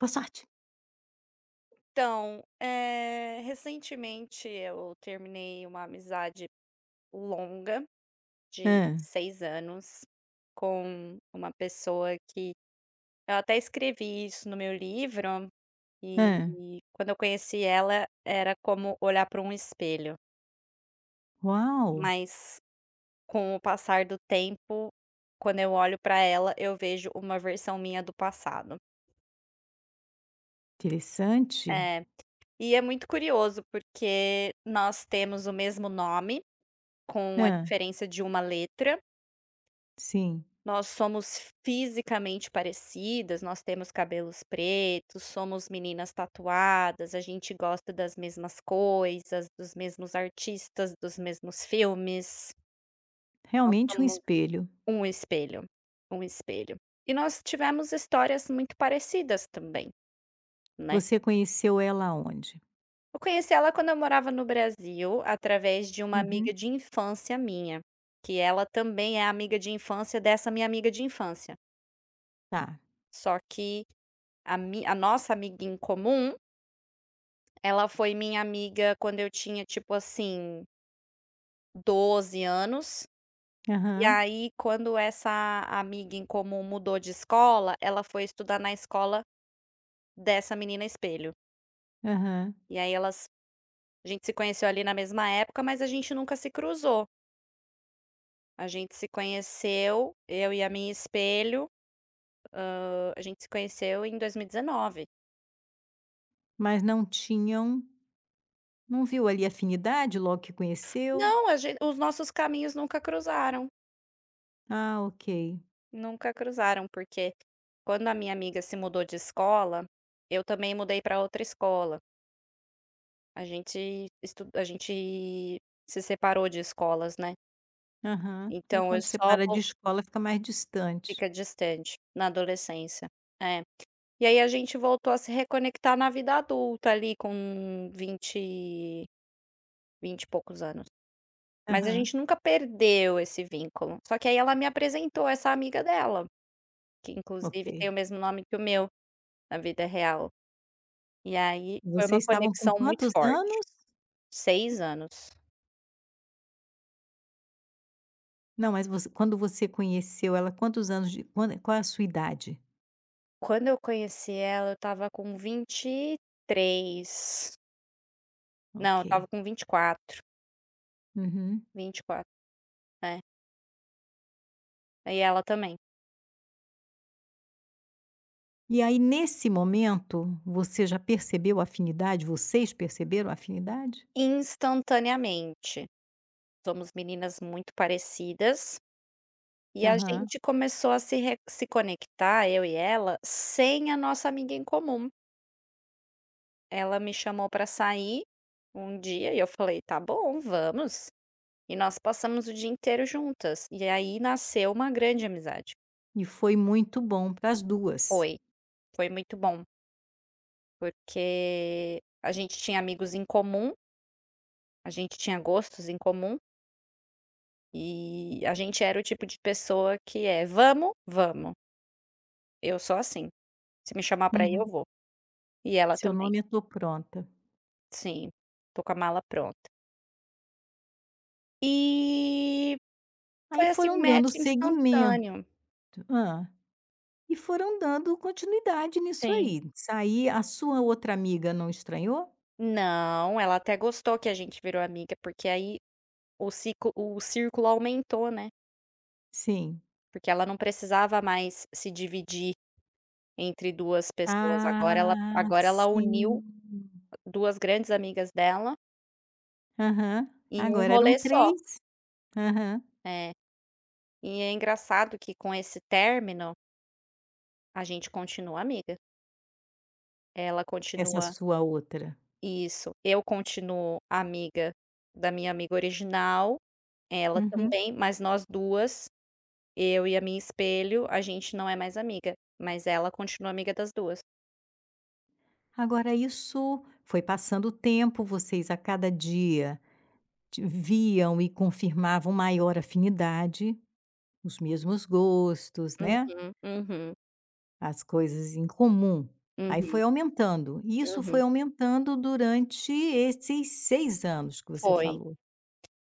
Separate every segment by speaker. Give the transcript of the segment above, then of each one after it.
Speaker 1: Passat.
Speaker 2: Então, recentemente eu terminei uma amizade longa de
Speaker 1: Hã,
Speaker 2: 6 anos com uma pessoa que eu até escrevi isso no meu livro, e
Speaker 1: hã.
Speaker 2: e quando eu conheci ela era como olhar para um espelho,
Speaker 1: Uau,
Speaker 2: mas com o passar do tempo, quando eu olho para ela, eu vejo uma versão minha do passado.
Speaker 1: interessante.
Speaker 2: É, e é muito curioso porque nós temos o mesmo nome com a
Speaker 1: Hã,
Speaker 2: diferença de uma letra.
Speaker 1: sim,
Speaker 2: Nós somos fisicamente parecidas, nós temos cabelos pretos, somos meninas tatuadas, a gente gosta das mesmas coisas, dos mesmos artistas, dos mesmos filmes. Nós
Speaker 1: realmente um
Speaker 2: somos
Speaker 1: espelho.
Speaker 2: um espelho, um espelho. E nós tivemos histórias muito parecidas também, né.
Speaker 1: Você conheceu ela aonde?
Speaker 2: Eu conheci ela quando eu morava no Brasil, através de uma amiga
Speaker 1: Uhum.
Speaker 2: de infância minha, que ela também é amiga de infância dessa minha amiga de infância.
Speaker 1: Tá.
Speaker 2: Só que a nossa amiga em comum, ela foi minha amiga quando eu tinha, tipo assim, 12 anos, e
Speaker 1: Aham,
Speaker 2: aí quando essa amiga em comum mudou de escola, ela foi estudar na escola dessa menina espelho.
Speaker 1: aham.
Speaker 2: E aí elas a gente se conheceu ali na mesma época, mas a gente nunca se cruzou. A gente se conheceu, eu e a minha espelho, a gente se conheceu em 2019.
Speaker 1: Mas não tinham, não viu ali afinidade logo que conheceu?
Speaker 2: Não, a gen os nossos caminhos nunca cruzaram.
Speaker 1: Ah, ok.
Speaker 2: Nunca cruzaram, porque quando a minha amiga se mudou de escola, eu também mudei para outra escola. A gente se separou de escolas, né.
Speaker 1: Aham. Aí
Speaker 2: Então eu
Speaker 1: quando
Speaker 2: só
Speaker 1: separa de
Speaker 2: vol
Speaker 1: escola fica mais distante.
Speaker 2: fica distante, na adolescência. É. E aí a gente voltou a se reconectar na vida adulta ali com vinte e poucos anos. Mas a
Speaker 1: Aham,
Speaker 2: gente nunca perdeu esse vínculo. Só que aí ela me apresentou essa amiga dela, que inclusive tem
Speaker 1: ok.
Speaker 2: o mesmo nome que o meu, na vida real. E aí foi uma
Speaker 1: Vocês estavam com
Speaker 2: conexão muito
Speaker 1: quantos
Speaker 2: forte.
Speaker 1: anos?
Speaker 2: 6 anos.
Speaker 1: Não, mas você quando você conheceu ela, quantos anos, de quan qual é a sua idade?
Speaker 2: Quando eu conheci ela, eu estava com 23. Não, eu
Speaker 1: Ok.
Speaker 2: estava com 24,
Speaker 1: Uhum.
Speaker 2: 24, é. E ela também.
Speaker 1: E aí, nesse momento, você já percebeu a afinidade? Vocês perceberam a afinidade?
Speaker 2: Instantaneamente. Somos meninas muito parecidas, e a
Speaker 1: Aham.
Speaker 2: gente começou a se conectar, eu e ela, sem a nossa amiga em comum. Ela me chamou pra sair um dia e eu falei: "Tá bom, vamos". E nós passamos o dia inteiro juntas, e aí nasceu uma grande amizade.
Speaker 1: E foi muito bom para as duas.
Speaker 2: Foi, foi muito bom, porque a gente tinha amigos em comum, a gente tinha gostos em comum, e a gente era o tipo de pessoa que é: "Vamos? Vamos". Eu sou assim, se me chamar pra ir eu
Speaker 1: Uhum.
Speaker 2: vou, e ela
Speaker 1: Seu
Speaker 2: também.
Speaker 1: nome eu tô pronta.
Speaker 2: Sim, tô com a mala pronta. E
Speaker 1: Aí
Speaker 2: foi assim um
Speaker 1: foram dando
Speaker 2: match
Speaker 1: seguimento.
Speaker 2: instantâneo.
Speaker 1: Ah. E foram dando continuidade nisso
Speaker 2: Sim.
Speaker 1: aí. Saí a sua outra amiga não estranhou?
Speaker 2: Não, ela até gostou que a gente virou amiga, porque aí o círculo aumentou, né.
Speaker 1: Sim.
Speaker 2: Porque ela não precisava mais se dividir entre 2 pessoas, agora ela
Speaker 1: Ah,
Speaker 2: agora ela uniu
Speaker 1: sim.
Speaker 2: 2 grandes amigas dela
Speaker 1: Aham.
Speaker 2: em um
Speaker 1: Agora eram
Speaker 2: rolê só.
Speaker 1: 3. Aham.
Speaker 2: É. E é engraçado que com esse término, a gente continua amiga. Ela
Speaker 1: Essa
Speaker 2: continua
Speaker 1: sua outra.
Speaker 2: isso, eu continuo amiga da minha amiga original, ela
Speaker 1: Uhum.
Speaker 2: também, mas nós duas, eu e a minha espelho, a gente não é mais amiga, mas ela continua amiga das duas.
Speaker 1: Agora isso foi passando o tempo, vocês a cada dia ti viam e confirmavam maior afinidade, os mesmos gostos, né,
Speaker 2: Uhum, uhum,
Speaker 1: as coisas em comum. Aí foi
Speaker 2: uhum,
Speaker 1: aumentando, e isso foi
Speaker 2: uhum.
Speaker 1: aumentando durante esses 6 anos que você
Speaker 2: Foi.
Speaker 1: falou,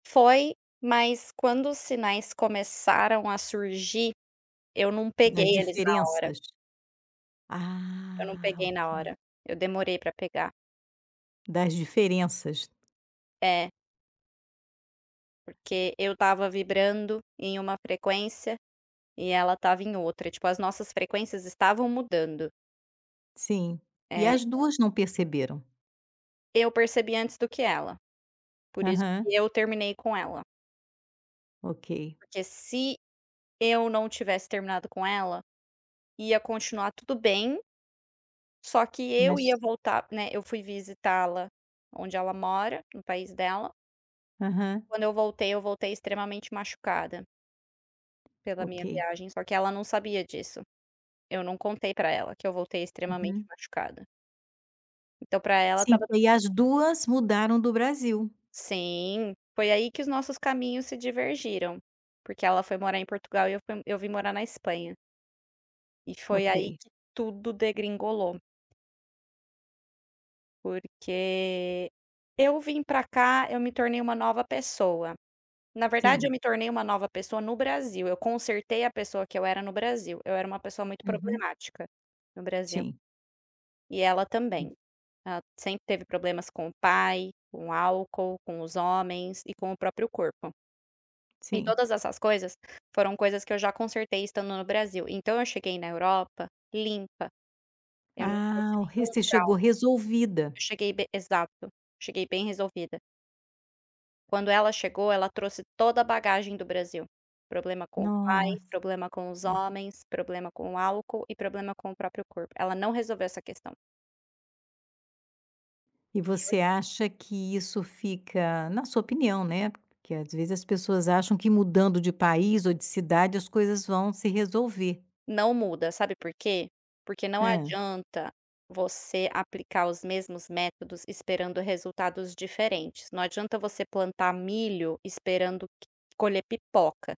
Speaker 2: Foi, mas quando os sinais começaram a surgir, eu não
Speaker 1: das
Speaker 2: peguei eles na hora,
Speaker 1: diferenças.
Speaker 2: eu não
Speaker 1: Ah,
Speaker 2: peguei na
Speaker 1: ok.
Speaker 2: hora, eu demorei pra pegar.
Speaker 1: Das diferenças,
Speaker 2: É, porque eu estava vibrando em uma frequência e ela estava em outra, tipo, as nossas frequências estavam mudando.
Speaker 1: sim. E
Speaker 2: É,
Speaker 1: as 2 não perceberam?
Speaker 2: eu percebi antes do que ela, por isso
Speaker 1: Aham,
Speaker 2: que eu terminei com ela,
Speaker 1: ok.
Speaker 2: porque se eu não tivesse terminado com ela, ia continuar tudo bem. Só que eu
Speaker 1: Mas
Speaker 2: ia voltar, né, eu fui visitá-la onde ela mora, no país dela.
Speaker 1: aham,
Speaker 2: Quando eu voltei extremamente machucada pela
Speaker 1: ok.
Speaker 2: minha viagem, só que ela não sabia disso. Eu não contei pra ela que eu voltei extremamente
Speaker 1: Uhum.
Speaker 2: machucada. Então pra ela
Speaker 1: Sim,
Speaker 2: estava
Speaker 1: e
Speaker 2: tudo.
Speaker 1: as 2 mudaram do Brasil.
Speaker 2: Sim, foi aí que os nossos caminhos se divergiram, porque ela foi morar em Portugal e eu vim morar na Espanha. E foi
Speaker 1: Ok.
Speaker 2: aí que tudo degringolou, porque eu vim pra cá, eu me tornei uma nova pessoa. Na verdade, eu
Speaker 1: Sim.
Speaker 2: me tornei uma nova pessoa no Brasil, eu consertei a pessoa que eu era no Brasil, eu era uma pessoa muito
Speaker 1: Uhum.
Speaker 2: problemática no Brasil,
Speaker 1: Sim.
Speaker 2: e ela
Speaker 1: Hum.
Speaker 2: também. Ela sempre teve problemas com o pai, com o álcool, com os homens e com o próprio corpo. E
Speaker 1: Sim.
Speaker 2: todas essas coisas foram coisas que eu já consertei estando no Brasil. Então eu cheguei na Europa limpa, eu não
Speaker 1: Ah,
Speaker 2: trouxe
Speaker 1: o re
Speaker 2: nenhum
Speaker 1: você chegou
Speaker 2: trauma,
Speaker 1: resolvida.
Speaker 2: eu cheguei be exato, cheguei bem resolvida. Quando ela chegou, ela trouxe toda a bagagem do Brasil. Problema com o pai,
Speaker 1: Nossa.
Speaker 2: problema com os homens, problema com o álcool e problema com o próprio corpo. Ela não resolveu essa questão.
Speaker 1: E
Speaker 2: E eu,
Speaker 1: você
Speaker 2: assim,
Speaker 1: acha que isso fica na sua opinião, né, porque às vezes as pessoas acham que mudando de país ou de cidade as coisas vão se resolver.
Speaker 2: não muda, sabe por quê? Porque não
Speaker 1: Hã.
Speaker 2: adianta você aplicar os mesmos métodos esperando resultados diferentes. Não adianta você plantar milho esperando q colher pipoca,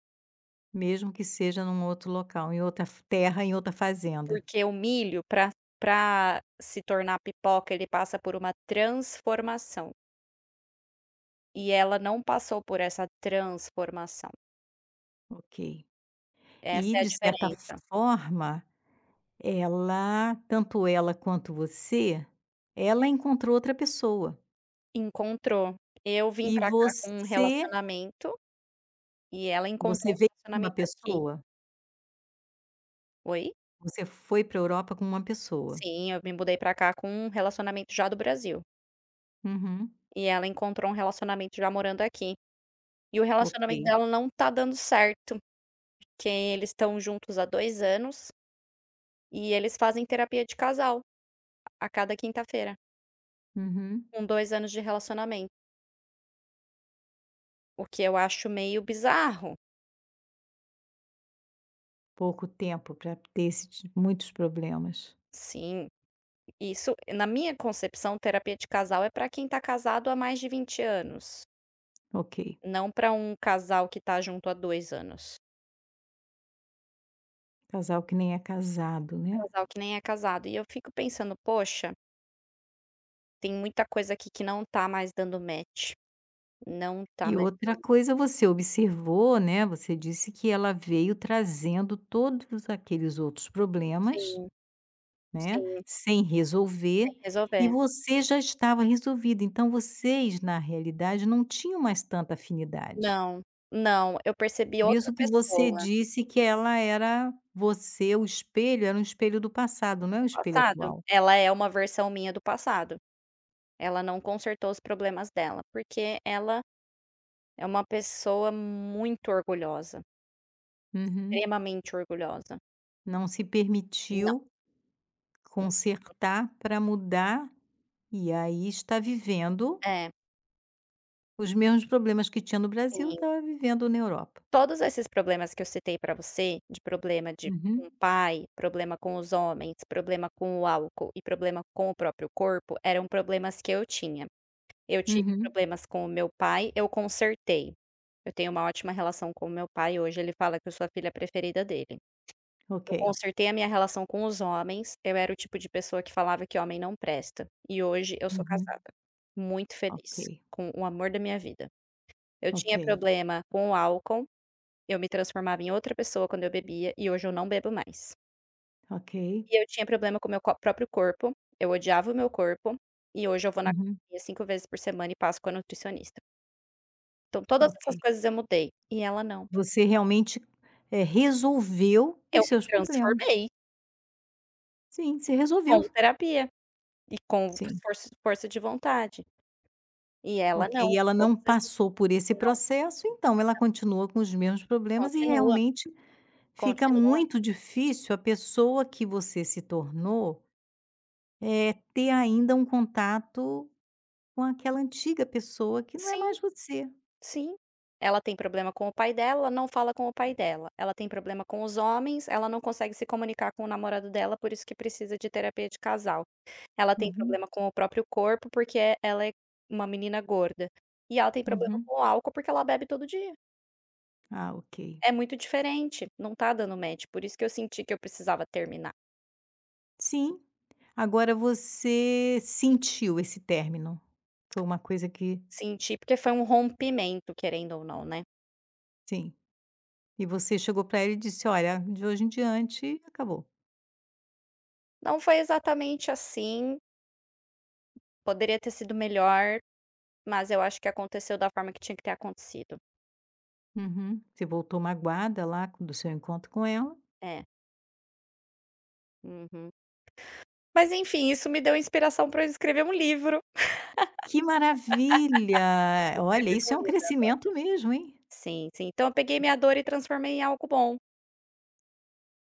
Speaker 1: Mesmo que seja num outro local, em outra f terra, em outra fazenda.
Speaker 2: porque o milho para se tornar pipoca, ele passa por uma transformação. E ela não passou por essa transformação,
Speaker 1: Ok.
Speaker 2: essa
Speaker 1: E
Speaker 2: é a
Speaker 1: de certa
Speaker 2: diferença.
Speaker 1: forma ela tanto ela quanto você, ela encontrou outra pessoa.
Speaker 2: Encontrou. Eu vim
Speaker 1: E
Speaker 2: pra cá com um
Speaker 1: você
Speaker 2: relacionamento, e ela encontrou um
Speaker 1: veio com uma
Speaker 2: relacionamento aqui.
Speaker 1: pessoa?
Speaker 2: Oi?
Speaker 1: Você foi para a Europa com uma pessoa.
Speaker 2: Sim, eu me mudei pra cá com um relacionamento já do Brasil,
Speaker 1: Uhum.
Speaker 2: e ela encontrou um relacionamento já morando aqui. E o relacionamento
Speaker 1: Ok.
Speaker 2: dela não tá dando certo, que eles estão juntos há 2 anos, e eles fazem terapia de casal a cada quinta-feira,
Speaker 1: Uhum.
Speaker 2: com 2 anos de relacionamento, o que eu acho meio bizarro.
Speaker 1: Pouco tempo para ter esse ti muitos problemas.
Speaker 2: Sim. Isso, na minha concepção, terapia de casal é para quem tá casado há mais de 20 anos,
Speaker 1: Ok.
Speaker 2: não para um casal que tá junto há 2 anos.
Speaker 1: Casal que nem é casado, né.
Speaker 2: Casal que nem é casado. E eu fico pensando: "Poxa, tem muita coisa aqui que não tá mais dando match, não tá
Speaker 1: E
Speaker 2: mais
Speaker 1: outra
Speaker 2: dando match".
Speaker 1: coisa, você observou, né, você disse que ela veio trazendo todos aqueles outros problemas,
Speaker 2: Sim,
Speaker 1: né,
Speaker 2: sim,
Speaker 1: sem
Speaker 2: tem
Speaker 1: resolver,
Speaker 2: que
Speaker 1: e
Speaker 2: resolver.
Speaker 1: você já estava resolvido, então vocês na realidade não tinham mais tanta afinidade.
Speaker 2: Não, não, eu percebi
Speaker 1: Por
Speaker 2: outra
Speaker 1: isso que você
Speaker 2: pessoa
Speaker 1: disse que ela era você, o espelho era um espelho do passado, não é um
Speaker 2: do
Speaker 1: espelho
Speaker 2: passado,
Speaker 1: atual.
Speaker 2: ela é uma versão minha do passado. Ela não consertou os problemas dela, porque ela é uma pessoa muito orgulhosa.
Speaker 1: Uhum.
Speaker 2: Extremamente orgulhosa.
Speaker 1: Não se
Speaker 2: Não
Speaker 1: permitiu consertar para mudar, e aí está vivendo
Speaker 2: é,
Speaker 1: os mesmos problemas que tinha no Brasil,
Speaker 2: sim.
Speaker 1: estava vivendo na Europa.
Speaker 2: Todos esses problemas que eu citei pra você, de problema de
Speaker 1: Uhum,
Speaker 2: um pai, problema com os homens, problema com o álcool e problema com o próprio corpo, eram problemas que eu tinha. Eu tive
Speaker 1: uhum,
Speaker 2: problemas com o meu pai, eu consertei. Eu tenho uma ótima relação com o meu pai, hoje ele fala que eu sou a filha preferida dele.
Speaker 1: ok,
Speaker 2: Eu consertei a minha relação com os homens, eu era o tipo de pessoa que falava que homem não presta, e hoje eu sou
Speaker 1: uhum,
Speaker 2: casada, muito feliz,
Speaker 1: ok,
Speaker 2: com o amor da minha vida. Eu
Speaker 1: ok,
Speaker 2: tinha problema com o álcool, eu me transformava em outra pessoa quando eu bebia e hoje eu não bebo mais.
Speaker 1: ok.
Speaker 2: E eu tinha problema com o meu co próprio corpo, eu odiava o meu corpo, e hoje eu vou na
Speaker 1: Uhum,
Speaker 2: academia 5 vezes por semana e passo com a nutricionista. Então todas
Speaker 1: ok.
Speaker 2: essas coisas eu mudei, e ela não.
Speaker 1: Você realmente, resolveu
Speaker 2: Eu
Speaker 1: os
Speaker 2: me
Speaker 1: seus problemas.
Speaker 2: transformei
Speaker 1: Sim, você
Speaker 2: com
Speaker 1: resolveu.
Speaker 2: terapia e com
Speaker 1: Sim,
Speaker 2: força de vontade, e ela
Speaker 1: ok. E
Speaker 2: não,
Speaker 1: ela não
Speaker 2: todos esses
Speaker 1: passou por esse
Speaker 2: não,
Speaker 1: processo, então ela continua com os mesmos problemas e
Speaker 2: continua,
Speaker 1: realmente fica
Speaker 2: continua.
Speaker 1: muito difícil a pessoa que você se tornou, ter ainda um contato com aquela antiga pessoa que não é
Speaker 2: Sim.
Speaker 1: mais você.
Speaker 2: Sim. Ela tem problema com o pai dela, ela não fala com o pai dela. Ela tem problema com os homens, ela não consegue se comunicar com o namorado dela, por isso que precisa de terapia de casal. Ela tem
Speaker 1: Uhum,
Speaker 2: problema com o próprio corpo, porque é ela é uma menina gorda. E ela tem problema
Speaker 1: uhum.
Speaker 2: com o álcool, porque ela bebe todo dia.
Speaker 1: Ah, ok.
Speaker 2: É muito diferente, não tá dando match, por isso que eu senti que eu precisava terminar.
Speaker 1: Sim. Agora você sentiu esse término? Foi uma coisa que
Speaker 2: Senti, porque foi um rompimento, querendo ou não, né.
Speaker 1: sim. E você chegou para ele e disse: "Olha, de hoje em diante acabou".
Speaker 2: Não foi exatamente assim, poderia ter sido melhor, mas eu acho que aconteceu da forma que tinha que ter acontecido.
Speaker 1: Uhum. Você voltou magoada lá co do seu encontro com ela.
Speaker 2: É, uhum. Mas enfim, isso me deu inspiração para eu escrever um livro.
Speaker 1: Que maravilha! Olha,
Speaker 2: Escrever
Speaker 1: isso é
Speaker 2: um
Speaker 1: um
Speaker 2: livro.
Speaker 1: crescimento mesmo, hein.
Speaker 2: Sim, sim. Então eu peguei minha dor e transformei em algo bom.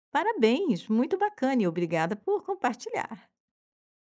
Speaker 1: Parabéns, muito bacana, e obrigada por compartilhar.